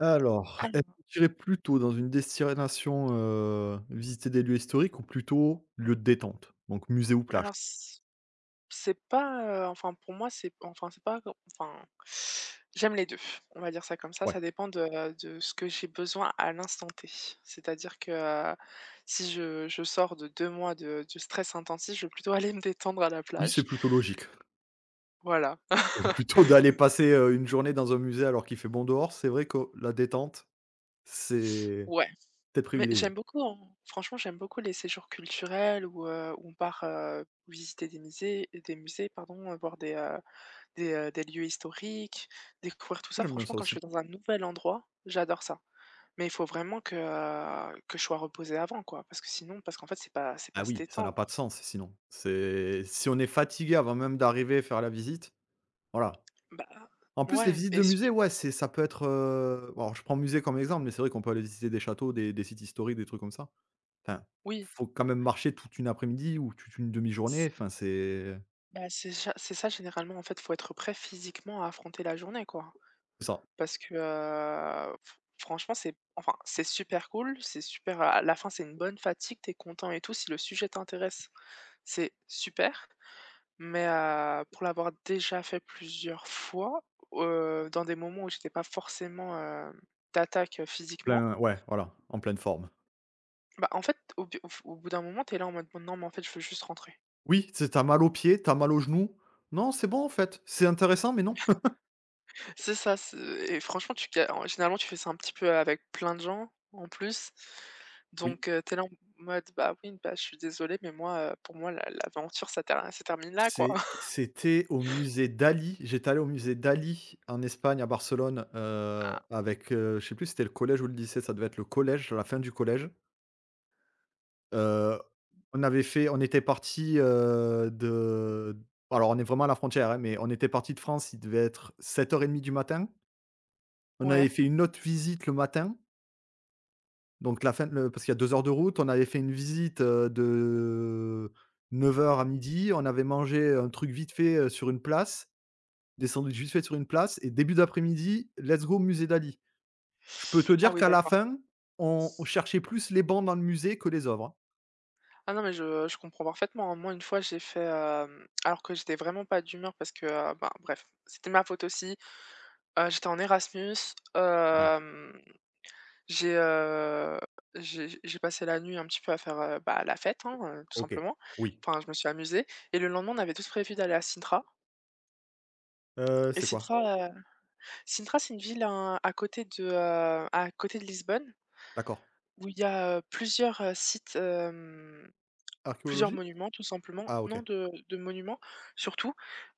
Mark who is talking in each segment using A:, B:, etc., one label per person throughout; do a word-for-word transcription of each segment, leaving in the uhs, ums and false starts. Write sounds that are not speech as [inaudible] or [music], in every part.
A: Alors, est-ce
B: Alors
A: que tu irais plutôt dans une destination, heu, visiter des lieux historiques ou plutôt lieu de détente? Donc musée ou plage?
B: alors c c'est pas, heu, enfin pour moi c'est enfin c'est pas enfin j'aime les deux. On va dire ça comme ça.
A: Ouais.
B: Ça dépend de de ce que j'ai besoin à l'instant T. C'est-à-dire que, heu, si je je sors de deux mois de de stress intensif, je vais plutôt [laughs] aller me détendre à la
A: Oui,
B: plage.
A: c'est plutôt logique.
B: Voilà.
A: [laughs] Plutôt
B: [laughs]
A: d'aller
B: Mmh,
A: passer, heu, une journée dans un musée alors qu'il fait bon dehors, c'est vrai que la détente, c'est
B: ouais,
A: peut-être
B: mais
A: privilégié.
B: j'aime beaucoup, hein, franchement j'aime beaucoup les séjours culturels où, heu, où on part, heu, visiter des musées des musées pardon, euh, voir des, heu des, heu, des lieux historiques, découvrir tout ça.
A: J'aime bien
B: Franchement,
A: ça
B: quand je suis
A: aussi.
B: dans un nouvel endroit, j'adore ça. Mais il faut vraiment que, heu, que je sois reposée avant quoi, parce que sinon parce qu'en fait, c'est pas c'est pas
A: Ah
B: se
A: oui, ça n'a
B: détendre.
A: pas de sens sinon. C'est si on est fatigué avant même d'arriver et faire la visite, voilà.
B: Bah,
A: En plus, les
B: ouais
A: visites de
B: et su
A: musées, ouais, c'est ça peut être, heu alors je prends musée comme exemple, mais c'est vrai qu'on peut aller visiter des châteaux, des des sites historiques, des trucs comme ça. Enfin,
B: oui,
A: faut quand même marcher toute une après-midi ou toute une demi-journée,
B: c
A: enfin c'est
B: bah, c'est ça c'est ça généralement en fait, faut être prêt physiquement à affronter la journée quoi.
A: c'est ça,
B: Parce que, heu, f franchement, c'est enfin, c'est super cool, c'est super à la fin, c'est une bonne fatigue, t'es content et tout si le sujet t'intéresse, c'est super. Mais heu, pour l'avoir déjà fait plusieurs fois, heu, dans des moments où j'étais pas forcément, hem, d'attaque, heu, physiquement,
A: plein ouais, voilà, en pleine forme.
B: bah, en fait, au bu au f au bout d'un moment, t'es là en mode: bon, « Non, mais en fait, je veux juste rentrer ».
A: Oui, c'est tu mal aux pieds, t'as mal aux genoux. Non, c'est bon en fait, c'est intéressant, mais non.
B: [laughs] C'est ça, c'est et franchement, tu ga en généralement, tu fais ça un petit peu avec plein de gens, en plus.
A: [laughs] Oui,
B: Donc heu, tu là en mode : « Bah, oui, bah, je suis désolée, mais moi, heu, pour moi, la l'aventure, ça ter ça termine là, quoi ».
A: c'est
B: [laughs]
A: C'était au musée d'Ali. J'étais allé au musée d'Ali en Espagne, à Barcelone, heu,
B: Ah,
A: avec, heu, je sais plus si c'était le collège ou le lycée, ça devait être le collège, à la fin du collège. Heu, on avait fait on était parti heu, de Alors on est vraiment à la frontière, hein, mais on était parti de France, il devait être sept heures trente du matin. On avait
B: ouais?
A: fait une autre visite le matin, donc la fin le parce qu'il y a deux heures de route. On avait fait une visite, heu, de neuf heures à midi. On avait mangé un truc vite fait, heu, sur une place, des sandwichs vite fait sur une place et début d'après-midi, let's go au musée Dali. Je peux te
B: Ah
A: dire
B: oui,
A: qu'à la
B: d'accord.
A: fin, on on cherchait plus les bancs dans le musée que les œuvres, hein.
B: Ah non, mais je je comprends parfaitement, hein. Moi, une fois, j'ai fait, hem, alors que j'étais vraiment pas d'humeur parce que, heu, ben, bref, c'était ma faute aussi. Heu, j'étais en Erasmus,
A: Trop
B: hem, j'ai, heu, j'ai j'ai passé la nuit un petit peu à faire, heu, bah, la fête, hein, heu, tout
A: OK.
B: simplement.
A: Oui.
B: Enfin, je me suis amusée et le lendemain, on avait tous prévu d'aller à Sintra
A: Heu,
B: et
A: c'est quoi?
B: Sintra, heu, Sintra, c'est une ville, hein, à côté de, heu, à côté de Lisbonne
A: D'accord.
B: où il y a, heu, plusieurs, heu, sites, hem, plusieurs
A: Archéologique?
B: monuments tout simplement.
A: Ah OK.
B: Non, de de monuments surtout.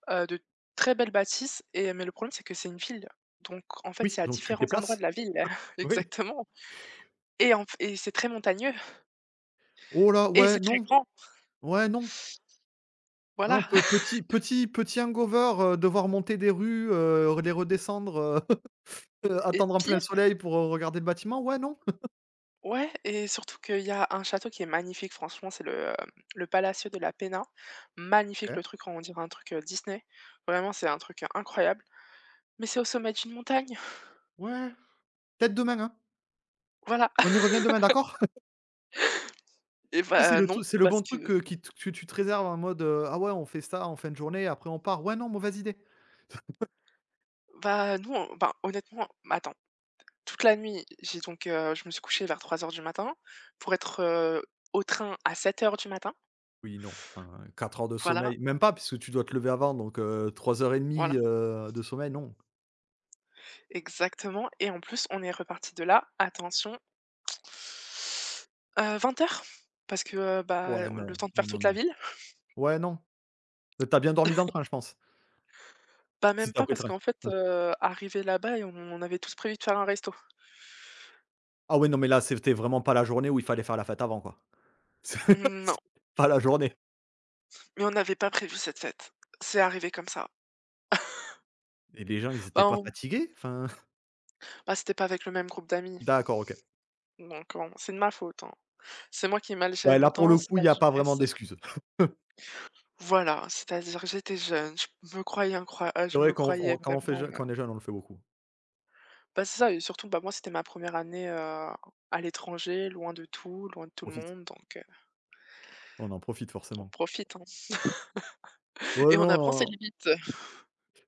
B: Heu, de très belles bâtisses et mais le problème, c'est que c'est une ville. Donc en fait, c'est
A: Oui,
B: à
A: donc tu te
B: différents endroits de
A: déplaces?
B: la ville. [laughs]
A: Oui.
B: Exactement et en f et c'est très montagneux
A: Oh là,
B: et
A: ouais,
B: c'est très
A: non,
B: grand.
A: ouais, non.
B: Voilà
A: Non, pe
B: [laughs]
A: petit petit petit hangover, heu, devoir monter des rues, heu, les redescendre, heu, [laughs]
B: et
A: attendre en plein
B: pire
A: soleil pour, heu, regarder le bâtiment, ouais, non.
B: ouais et surtout qu'il y a un château qui est magnifique, franchement, c'est le, hem, le Palacio de la Pena. Magnifique
A: OK.
B: le truc, on dirait un truc, heu, Disney. Vraiment, c'est un truc euh, incroyable, mais c'est au sommet d'une montagne. [laughs]
A: Ouais, peut-être demain, hein.
B: Voilà
A: On y revient demain, d'accord?
B: et
A: [laughs] c'est
B: bah,
A: le
B: non,
A: tru c'est le bon
B: parce
A: truc,
B: que
A: heu, qui t que tu te réserves en mode, heu: «Ah ouais, on fait ça en fin de journée, après on part». Ouais, non, mauvaise idée.
B: bah, nous, on ben, honnêtement, attends, toute la nuit, j'ai donc, heu, je me suis couchée vers trois heures du matin pour être, heu, au train à sept heures du matin.
A: Oui, non, enfin, quatre heures de sommeil,
B: Voilà,
A: même pas puisque tu dois te lever avant, donc heu, trois heures et demie,
B: voilà,
A: de sommeil, non.
B: exactement et en plus, on est reparti de là, attention, heu, vingt heures parce que, heu, bah,
A: Ouais, non,
B: le temps de
A: non,
B: faire
A: non,
B: toute la
A: non.
B: ville.
A: Ouais, non. Heu, tu bien dormi dans le train, je pense,
B: Bah,
A: si
B: même
A: t'as
B: pas
A: pris le
B: parce
A: train.
B: qu'en fait,
A: Ouais.
B: heu, arrivé là-bas et on on avait tous prévu de faire un resto.
A: Ah ouais, non, mais là, c'était vraiment pas la journée où il fallait faire la fête avant, quoi. [laughs] C'est
B: Non,
A: c'est pas la journée.
B: mais on n'avait pas prévu cette fête. C'est arrivé comme ça.
A: Et les gens, ils étaient
B: Bah,
A: pas
B: on
A: fatigués? Enfin, [laughs]
B: bah, c'était pas avec le même groupe d'amis,
A: d'accord, OK.
B: donc on c'est de ma faute, hein. C'est moi qui ai mal géré
A: Ouais, là,
B: mon
A: pour
B: temps,
A: le
B: c'est
A: coup, il
B: la
A: y a pas vraiment
B: jeunesse.
A: d'excuses.
B: Voilà, c'est-à-dire que j'étais jeune, je me croyais incroya heu,
A: C'est
B: je
A: vrai
B: me
A: quand on
B: croyais
A: on- quand on fait
B: vraiment,
A: jeu
B: heu
A: quand on est jeune, on le fait beaucoup.
B: bah, c'est ça et surtout, bah, moi, c'était ma première année, heu, à l'étranger, loin de tout, loin de tout
A: On
B: le
A: profite.
B: monde, donc heu,
A: On en profite
B: on
A: forcément.
B: profite, hein [laughs]
A: Ouais,
B: et on
A: non,
B: apprend
A: non.
B: ses
A: Non.
B: limites.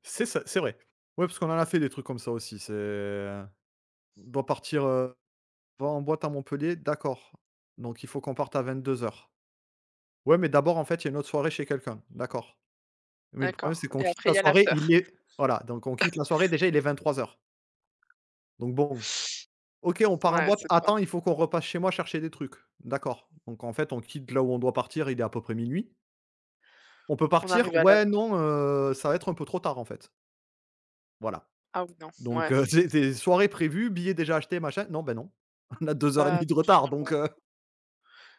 A: C'est ça, c'est vrai. Ouais, parce qu'on en a fait des trucs comme ça aussi. C'est: On «Doit partir, heu, va en boîte à Montpellier», d'accord. Donc il faut qu'on parte à vingt-deux heures. Ouais, mais d'abord, en fait, il y a une autre soirée chez quelqu'un. D'accord. Mais le problème, c'est
B: D'accord
A: qu'on
B: et
A: quitte
B: après
A: la
B: il y a
A: soirée,
B: l'after.
A: il est voilà, donc on quitte la soirée, déjà, il est vingt-trois heures. Donc bon, OK, on part en
B: Ouais,
A: boîte.
B: c'est pas
A: Attends, il faut qu'on repasse chez moi chercher des trucs. D'accord. Donc en fait, on quitte là où on doit partir, il est à peu près minuit. On peut
B: on
A: partir?
B: arrive à la
A: Ouais, non, heu, ça va être un peu trop tard, en fait. Voilà.
B: ah oui, non, ouais,
A: Donc heu, [laughs] c'est des soirées prévues, billets déjà achetés, machin. Non, ben non. [laughs] On a deux heures et
B: bah,
A: demie de
B: non,
A: retard, donc
B: finalement,
A: heu
B: euh,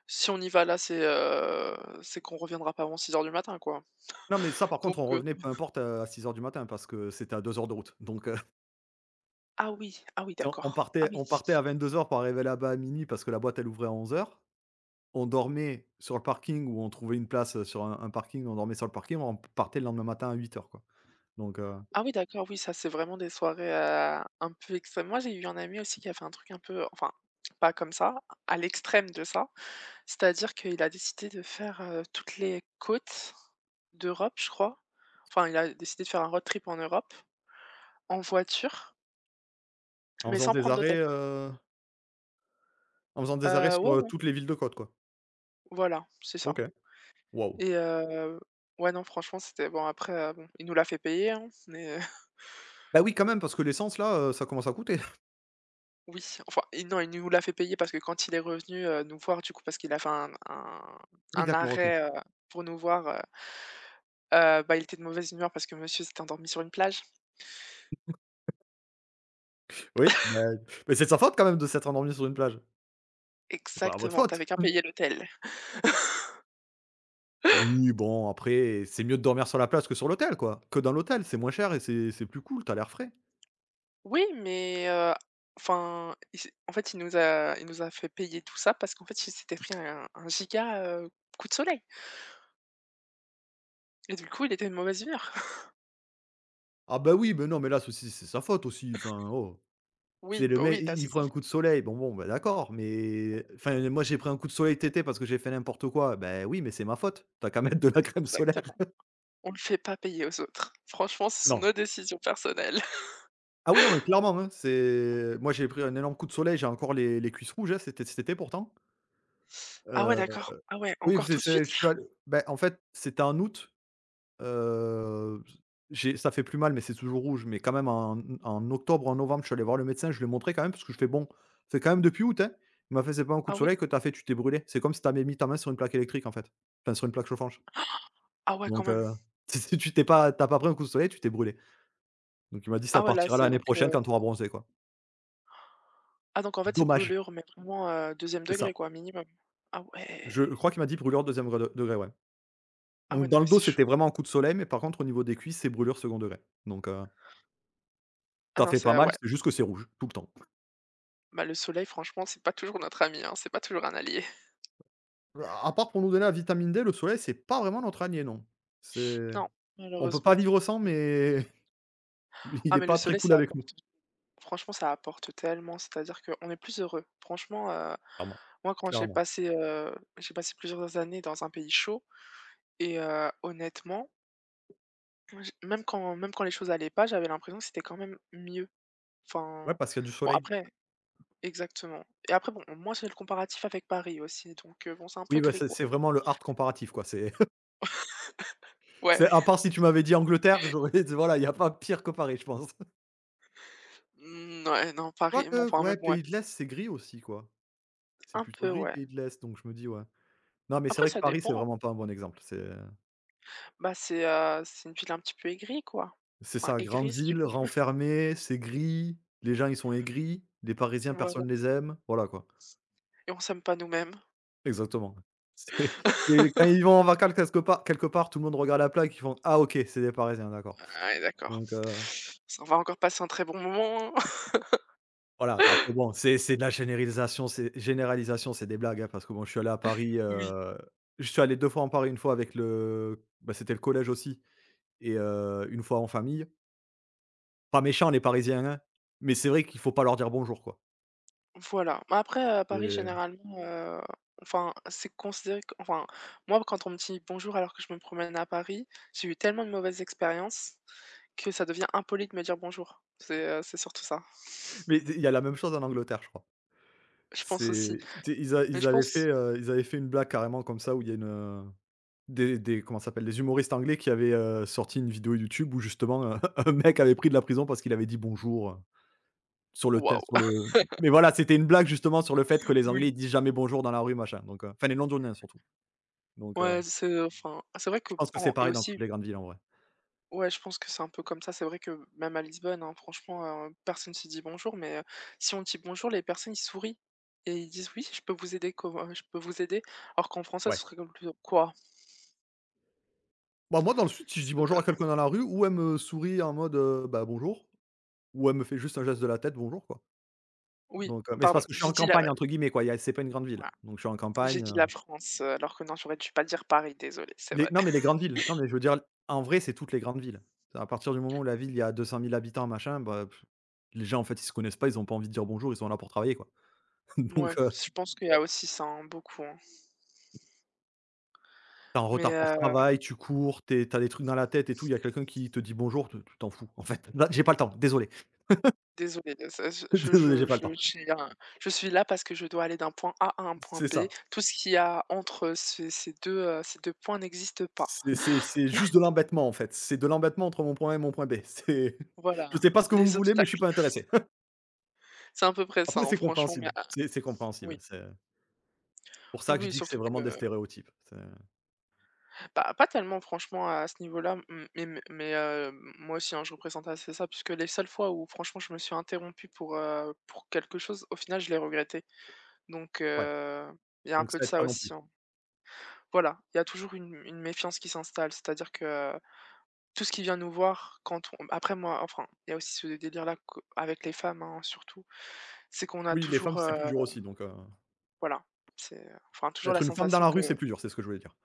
B: si on y va là, c'est, heu, c'est qu'on reviendra pas avant six heures du matin, quoi,
A: non, mais ça, par
B: donc
A: contre, on
B: heu
A: revenait peu importe, heu, à six heures du matin parce que c'était à deux heures de route, donc euh,
B: ah oui, ah oui,
A: Tu sais, on
B: d'accord. Ah
A: partait
B: oui.
A: on partait à vingt-deux heures pour arriver là-bas à minuit parce que la boîte elle ouvrait à onze heures. On dormait sur le parking ou on trouvait une place, heu, sur un un parking, on dormait sur le parking, on partait le lendemain matin à huit heures quoi. Donc heu,
B: Ah oui, d'accord, oui, ça, c'est vraiment des soirées, heu, un peu extrêmes. Moi, j'ai eu un ami aussi qui a fait un truc un peu enfin, pas comme ça, à l'extrême de ça. C'est-à-dire qu'il a décidé de faire, heu, toutes les côtes d'Europe, je crois. Enfin, il a décidé de faire un road trip en Europe, en voiture,
A: en
B: mais
A: faisant
B: sans
A: des
B: prendre d'hôtel.
A: arrêts, heu, en faisant des arrêts
B: Heu, ouais,
A: sur, heu,
B: ouais,
A: toutes les villes de côte quoi.
B: voilà, c'est ça
A: OK. Waouh.
B: et heu, ouais, non, franchement, c'était bon après, heu, bon, il nous l'a fait payer, hein, mais
A: Bah oui quand même parce que l'essence là, heu, ça commence à coûter. [laughs]
B: oui, enfin, et non, il nous l'a fait payer parce que quand il est revenu, heu, nous voir, du coup, parce qu'il a fait un un
A: Oui
B: un
A: d'accord, OK.
B: arrêt, heu, pour nous voir, heu heu, bah, il était de mauvaise humeur parce que monsieur s'était endormi sur une plage.
A: Oui, mais mais c'est de sa faute quand même de s'être endormi sur une plage. C'est pas votre
B: Exactement, tu
A: faute.
B: avais qu'à
A: [laughs]
B: payer l'hôtel.
A: Oui bon après, c'est mieux de dormir sur la plage que sur l'hôtel quoi, que dans l'hôtel, c'est moins cher et c'est c'est plus cool, t'as l'air frais.
B: Oui, mais heu, enfin, il s'est en fait, il nous a il nous a fait payer tout ça parce qu'en fait, il s'était pris un un giga, heu, coup de soleil et du coup, il était de mauvaise humeur. [laughs]
A: Ah bah oui, mais non, mais là ceci c'est sa faute aussi, enfin, oh, c'est
B: Oui,
A: le
B: bah,
A: mec,
B: oui, là,
A: il il
B: c'est
A: prend
B: sa
A: un coup
B: faute.
A: de soleil, bon bon, bah, d'accord, mais enfin, moi j'ai pris un coup de soleil tété parce que j'ai fait n'importe quoi, ben oui, mais c'est ma faute, t'as qu'à mettre de la crème solaire.
B: Exactement.
A: [laughs]
B: On ne le fait pas payer aux autres. Franchement, ce sont nos
A: Non.
B: décisions personnelles.
A: Ah oui, non, mais clairement, hein, c'est moi j'ai pris un énorme coup de soleil, j'ai encore les les cuisses rouges, hein, c'était cet été pourtant.
B: Ah ouais,
A: Heu,
B: d'accord. Ah ouais,
A: oui,
B: encore
A: c'est
B: tout de
A: c'est
B: suite
A: je suis
B: là?
A: allé, bah, en fait, c'était en août. Heu, j'ai Ça fait plus mal, mais c'est toujours rouge, mais quand même en en octobre, en novembre, je suis allé voir le médecin, je lui ai montré quand même parce que je fais: «Bon, c'est quand même depuis août, hein». Il m'a fait: «C'est pas un coup
B: Ah
A: de
B: oui,
A: soleil que t'as fait, tu t'es brûlé. C'est comme si t'avais mis ta main sur une plaque électrique, en fait. Enfin, sur une plaque chauffante.
B: ah ouais, quand
A: Donc,
B: même.
A: heu, [laughs] si si tu t'es pas t'as pas pris un coup de soleil, tu t'es brûlé». Donc il m'a dit: «Ça
B: Ah ouais, là,
A: partira
B: c'est
A: l'année
B: donc,
A: prochaine
B: heu
A: quand tu auras bronzé, quoi».
B: ah donc en fait, c'est
A: Dommage,
B: brûlure, mais vraiment, heu, deuxième
A: c'est ça.
B: degré quoi, minimum. Ah ouais.
A: Je crois qu'il m'a dit brûlure deuxième e degré, ouais.
B: Ah
A: Donc
B: ouais, non,
A: dans le
B: mais
A: dos,
B: c'est
A: c'était
B: chaud.
A: vraiment un coup de soleil, mais par contre au niveau des cuisses, c'est brûlure second degré. Donc, heu,
B: Ah
A: ça
B: non,
A: fait pas
B: ça
A: mal,
B: ouais.
A: c'est juste que c'est rouge, tout le temps.
B: Bah, le soleil, franchement, c'est pas toujours notre ami, hein, c'est pas toujours un allié. [laughs]
A: À part pour nous donner la vitamine dé, le soleil, c'est pas vraiment notre allié, non. C'est
B: Non,
A: On peut pas
B: malheureusement.
A: vivre sans,
B: Mmh.
A: mais [laughs] il
B: Ah
A: est
B: mais le
A: pas très
B: soleil,
A: cool
B: ça
A: avec nous,
B: apporte franchement, ça apporte tellement, c'est-à-dire qu'on est plus heureux. Franchement, heu,
A: clairement.
B: moi, quand j'ai
A: Clairement.
B: passé, heu, j'ai passé plusieurs années dans un pays chaud et heu, honnêtement moi j même quand même quand les choses allaient pas, j'avais l'impression que c'était quand même mieux.
A: Ouais,
B: Enfin,
A: parce qu'il y a du
B: bon
A: soleil.
B: après exactement et après bon, moi j'ai le comparatif avec Paris aussi donc heu, bon c'est un peu
A: Oui, bah,
B: gris
A: c'est
B: quoi.
A: c'est vraiment le hard comparatif, quoi. C'est [laughs]
B: Ouais,
A: c'est à part si tu m'avais dit Angleterre, j'aurais dit voilà, il y a pas pire que Paris, je pense.
B: mmh, ouais, non Paris, mais
A: Quoique,
B: enfin
A: ouais,
B: même ouais,
A: pays de l'Est, c'est gris aussi, quoi. C'est
B: un
A: plutôt
B: peu
A: gris,
B: ouais.
A: pays de l'Est, donc je me dis, ouais. Non, mais c'est
B: Après
A: vrai que
B: ça
A: Paris, c'est
B: dépend, hein.
A: vraiment pas un bon exemple. C'est
B: Bah c'est, heu, c'est une ville un petit peu aigrie quoi.
A: c'est
B: Enfin
A: ça, grande
B: aigrise du
A: ville,
B: coup,
A: renfermée, c'est gris, les gens, ils sont aigris, les Parisiens,
B: voilà
A: personne les aime, voilà, quoi.
B: et on s'aime pas nous-mêmes.
A: Exactement. C'est Et quand ils
B: [laughs]
A: vont en vacances quelque part quelque part, tout le monde regarde la plaque, ils font: «Ah OK, c'est des Parisiens, d'accord».
B: Ah ouais d'accord.
A: Donc heu,
B: Ça on va encore passer un très bon moment, hein. [laughs]
A: voilà, après bon, c'est c'est de la généralisation, c'est généralisation, c'est des blagues, hein, parce que bon, je suis allé à Paris,
B: Oui.
A: heu, je suis allé deux fois en Paris, une fois avec le bah, c'était le collège aussi et heu, une fois en famille. Pas méchant, les Parisiens, hein, mais c'est vrai qu'il faut pas leur dire bonjour, quoi.
B: Voilà. Mais après, à Paris,
A: C'est
B: généralement, heu, enfin, c'est considéré q enfin, moi, quand on me dit : « Bonjour » alors que je me promène à Paris, j'ai eu tellement de mauvaises expériences que ça devient impoli de me dire : « Bonjour ». C'est, heu, c'est surtout ça,
A: Mais il y a la même chose en Angleterre, je crois.
B: je pense aussi.
A: C'est Tu sais, ils a
B: Mais
A: ils
B: je
A: avaient fait,
B: pense
A: heu, ils avaient fait une blague carrément comme ça où il y a une, heu Des des comment ça s'appelle? Des humoristes anglais qui avaient, heu, sorti une vidéo YouTube où justement, heu, [laughs] un mec avait pris de la prison parce qu'il avait dit «bonjour», heu, sur le thè
B: waouh!
A: sur
B: [laughs]
A: le mais voilà, c'était une blague justement sur le fait que les anglais,
B: Oui.
A: ils disent jamais «bonjour» dans la rue, machin, donc heu, enfin les londoniens surtout, donc heu,
B: Ouais, c'est enfin, c'est vrai que
A: je pense que c'est
B: en et
A: pareil dans toutes
B: aussi
A: les grandes villes en vrai.
B: ouais, je pense que c'est un peu comme ça. C'est vrai que même à Lisbonne, hein, franchement, heu, personne ne se dit : « Bonjour », mais, heu, si on dit : « Bonjour », les personnes, ils sourient et ils disent : « Oui, je peux vous aider, comment je peux vous aider ? » alors qu'en français,
A: Ouais.
B: ce serait comme plutôt : « Quoi ? »
A: Bah, moi dans le sud, si je dis
B: C'est de
A: «bonjour» à
B: bonne
A: quelqu'un dans la rue, ou elle me sourit en mode, heu, bah, «bonjour», ou elle me fait juste un geste de la tête «bonjour» quoi,
B: oui,
A: donc heu, mais c'est
B: pardon,
A: parce que je suis
B: j'ai
A: en
B: dit la
A: campagne entre guillemets quoi, il y a c'est pas une grande ville,
B: voilà,
A: donc je suis en
B: j'ai
A: campagne.
B: dit la France, heu, alors que non, j'aurais dû pas dire Paris, désolé c'est
A: Les
B: vrai.
A: Non, mais les
B: [laughs]
A: grandes villes. Non, mais je veux dire, en vrai, c'est toutes les grandes villes. À partir du moment où la ville, il y a deux cent mille habitants, machin, bah, pff, les gens, en fait, ils se connaissent pas, ils ont pas envie de dire bonjour, ils sont là pour travailler, quoi. [laughs] Donc,
B: Ouais
A: heu,
B: je pense qu'il y a aussi ça, hein, beaucoup, hein,
A: tu en
B: mais
A: retard pour le
B: heu,
A: travail, tu cours, tu es des trucs dans la tête et tout, il y a quelqu'un qui te dit bonjour, tu tu t'en fous, en fait. Là, j'ai pas le temps, désolé.
B: désolée, euh, ça
A: [laughs]
B: je
A: Désolé, j'ai
B: je
A: pas le
B: je je
A: temps.
B: suis un je suis là parce que je dois aller d'un point A à un point
A: C'est
B: B.
A: ça.
B: Tout ce qu'il y a entre ces ces deux heu, ces deux points n'existe pas.
A: C'est c'est c'est juste de l'embêtement, en fait. C'est de l'embêtement entre mon point A et mon point B. C'est [laughs] je
B: Voilà,
A: sais pas ce que vous me
B: les
A: voulez, mais je suis
B: obstacles.
A: pas intéressé. [laughs]
B: C'est à peu près ça,
A: Après,
B: hein,
A: c'est
B: franchement, mais
A: compréhensible.
B: ah
A: C'est c'est compréhensible.
B: oui,
A: C'est pour
B: oui,
A: ça que je
B: oui,
A: dis que c'est
B: surtout
A: vraiment des
B: que
A: stéréotypes. C'est
B: pas pas tellement franchement à ce niveau-là, m mais mais mais heu, moi aussi, hein, je représente assez ça puisque les seules fois où franchement je me suis interrompue pour, heu, pour quelque chose, au final, je l'ai regretté. Donc heu, il y a un
A: donc
B: peu
A: ça
B: de
A: aide
B: ça
A: pas non
B: aussi,
A: plus.
B: hein. Voilà, il y a toujours une une méfiance qui s'installe, c'est-à-dire que euh, tout ce qui vient nous voir quand on après moi, enfin, il y a aussi ce délire-là q avec les femmes, hein, surtout, c'est qu'on a
A: Oui, les femmes,
B: toujours,
A: c'est plus
B: heu,
A: dur aussi, donc heu,
B: voilà, c'est enfin toujours
A: être
B: la
A: une femme dans
B: sensation
A: la rue, c'est
B: que
A: plus dur, c'est ce que je voulais dire.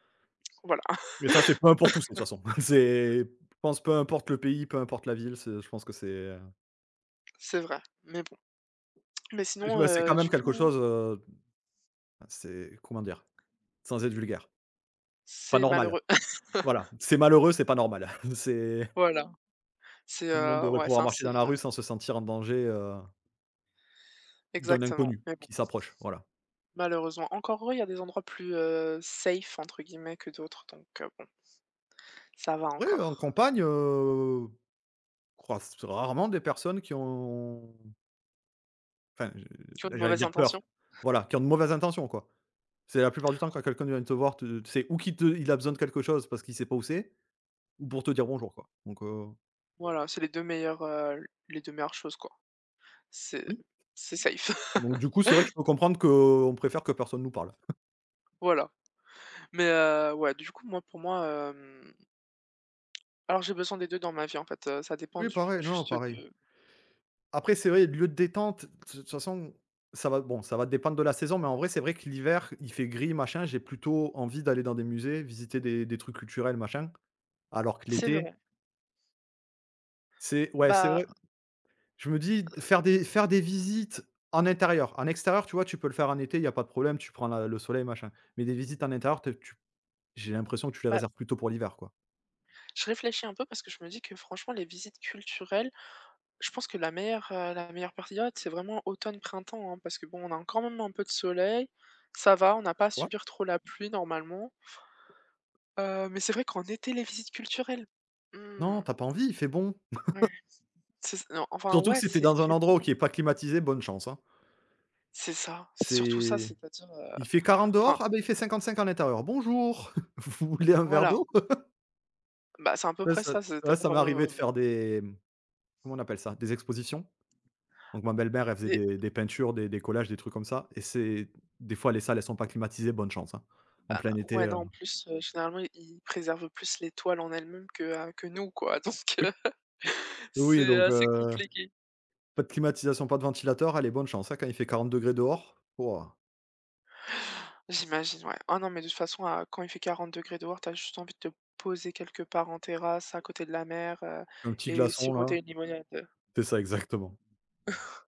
B: voilà, [laughs]
A: Mais ça, c'est peu importe où c'est, de toute façon. [laughs] C'est je pense peu importe le pays, peu importe la ville, c'est je pense que c'est, heu,
B: c'est vrai, mais bon. Mais
A: je
B: sinon,
A: bah, c'est quand
B: heu,
A: même
B: du
A: quelque
B: coup,
A: chose, heu, c'est comment dire? Sans être vulgaire, pas
B: c'est
A: normal.
B: malheureux.
A: Voilà, c'est malheureux, c'est pas normal. [laughs] C'est
B: Voilà, c'est,
A: tout le monde
B: heu,
A: devrait
B: ouais,
A: pouvoir
B: enfin,
A: marcher dans
B: c'est,
A: la
B: heu
A: rue sans se sentir en danger, heu, d'un
B: exactement,
A: inconnu
B: mais bon,
A: qui s'approche, voilà.
B: malheureusement, encore heureux, il y a des endroits plus, heu, safe » entre guillemets que d'autres, donc heu, bon, ça va
A: Oui, en
B: encore.
A: campagne, heu, croise rarement des personnes qui ont enfin,
B: Tu as
A: je
B: de
A: j'allais
B: mauvaises
A: dire peur.
B: intentions?
A: Voilà, qui ont de mauvaises intentions, quoi. C'est la plupart du temps quand quelqu'un vient te voir, te c'est ou qu'il te il a besoin de quelque chose parce qu'il sait pas où c'est, ou pour te dire bonjour, quoi. Donc heu,
B: Voilà, c'est les deux meilleures, heu, les deux meilleures choses, quoi. C'est
A: oui,
B: c'est safe,
A: donc du
B: [laughs]
A: coup, c'est vrai que je peux comprendre qu'on préfère que personne nous parle.
B: voilà, mais heu, ouais, du coup, moi, pour moi, hem, alors j'ai besoin des deux dans ma vie, en fait, heu, ça dépend
A: Oui,
B: du
A: pareil, non,
B: juste
A: pareil.
B: de
A: Après, c'est vrai, lieu de détente, de toute façon, ça va bon, ça va dépendre de la saison, mais en vrai, c'est vrai que l'hiver, il fait gris, machin, j'ai plutôt envie d'aller dans des musées, visiter des des trucs culturels, machin, alors que
B: c'est
A: l'été,
B: vrai,
A: c'est ouais, c'est
B: bah
A: vrai je me dis, faire des faire des visites en intérieur. En extérieur, tu vois, tu peux le faire en été, il y a pas de problème, tu prends la le soleil, machin. Mais des visites en intérieur, te tu j'ai l'impression que tu les
B: bah,
A: réserves plutôt pour l'hiver, quoi.
B: je réfléchis un peu parce que je me dis que franchement les visites culturelles je pense que la meilleure, heu, la meilleure période, c'est vraiment automne-printemps, hein, parce que bon, on a quand même un peu de soleil, ça va, on n'a pas à
A: Ouais.
B: subir trop la pluie normalement. Heu, mais c'est vrai qu'en été, les visites culturelles,
A: Non,
B: mmh,
A: t'as pas envie, il fait bon.
B: ouais, c'est non, enfin,
A: Surtout que
B: ouais,
A: c'était
B: c'est
A: dans
B: il
A: un
B: fait bon
A: endroit qui
B: et
A: est pas climatisé, bonne chance, hein.
B: c'est ça, c'est surtout ça,
A: C'est
B: c'est-à-dire, heu,
A: il fait quarante dehors,
B: enfin,
A: ah, ben il fait cinquante cinq en intérieur. «Bonjour, [laughs] vous voulez un verre
B: voilà,
A: d'eau?» [laughs]
B: bah, c'est à peu
A: Ouais,
B: près
A: ça
B: ça,
A: ouais, ça
B: c'est-à-dire,
A: m'est arrivé
B: heu,
A: de faire des, mmh, comment on appelle ça? Des expositions? Donc ma belle-mère, elle faisait
B: des
A: des des peintures, des des collages, des trucs comme ça et c'est des fois les salles, elles sont pas climatisées, bonne chance, hein. En plein été,
B: ouais,
A: heu
B: non, en plus, heu, généralement, ils ils préservent plus l'étoile en elle-même que, heu, que nous, quoi, [laughs] donc heu,
A: oui. Oui,
B: c'est
A: donc
B: assez
A: heu,
B: compliqué.
A: pas de climatisation, pas de ventilateur, allez bonne chance, hein. Quand il fait quarante degrés dehors, ouah.
B: J'imagine, ouais. Ah non, mais de toute façon, à quand il fait quarante degrés dehors, tu juste envie de te poser quelque part en terrasse, à côté de la mer, heu
A: Un petit
B: et
A: glaçon
B: siroter
A: là.
B: une limonade.
A: C'est ça exactement.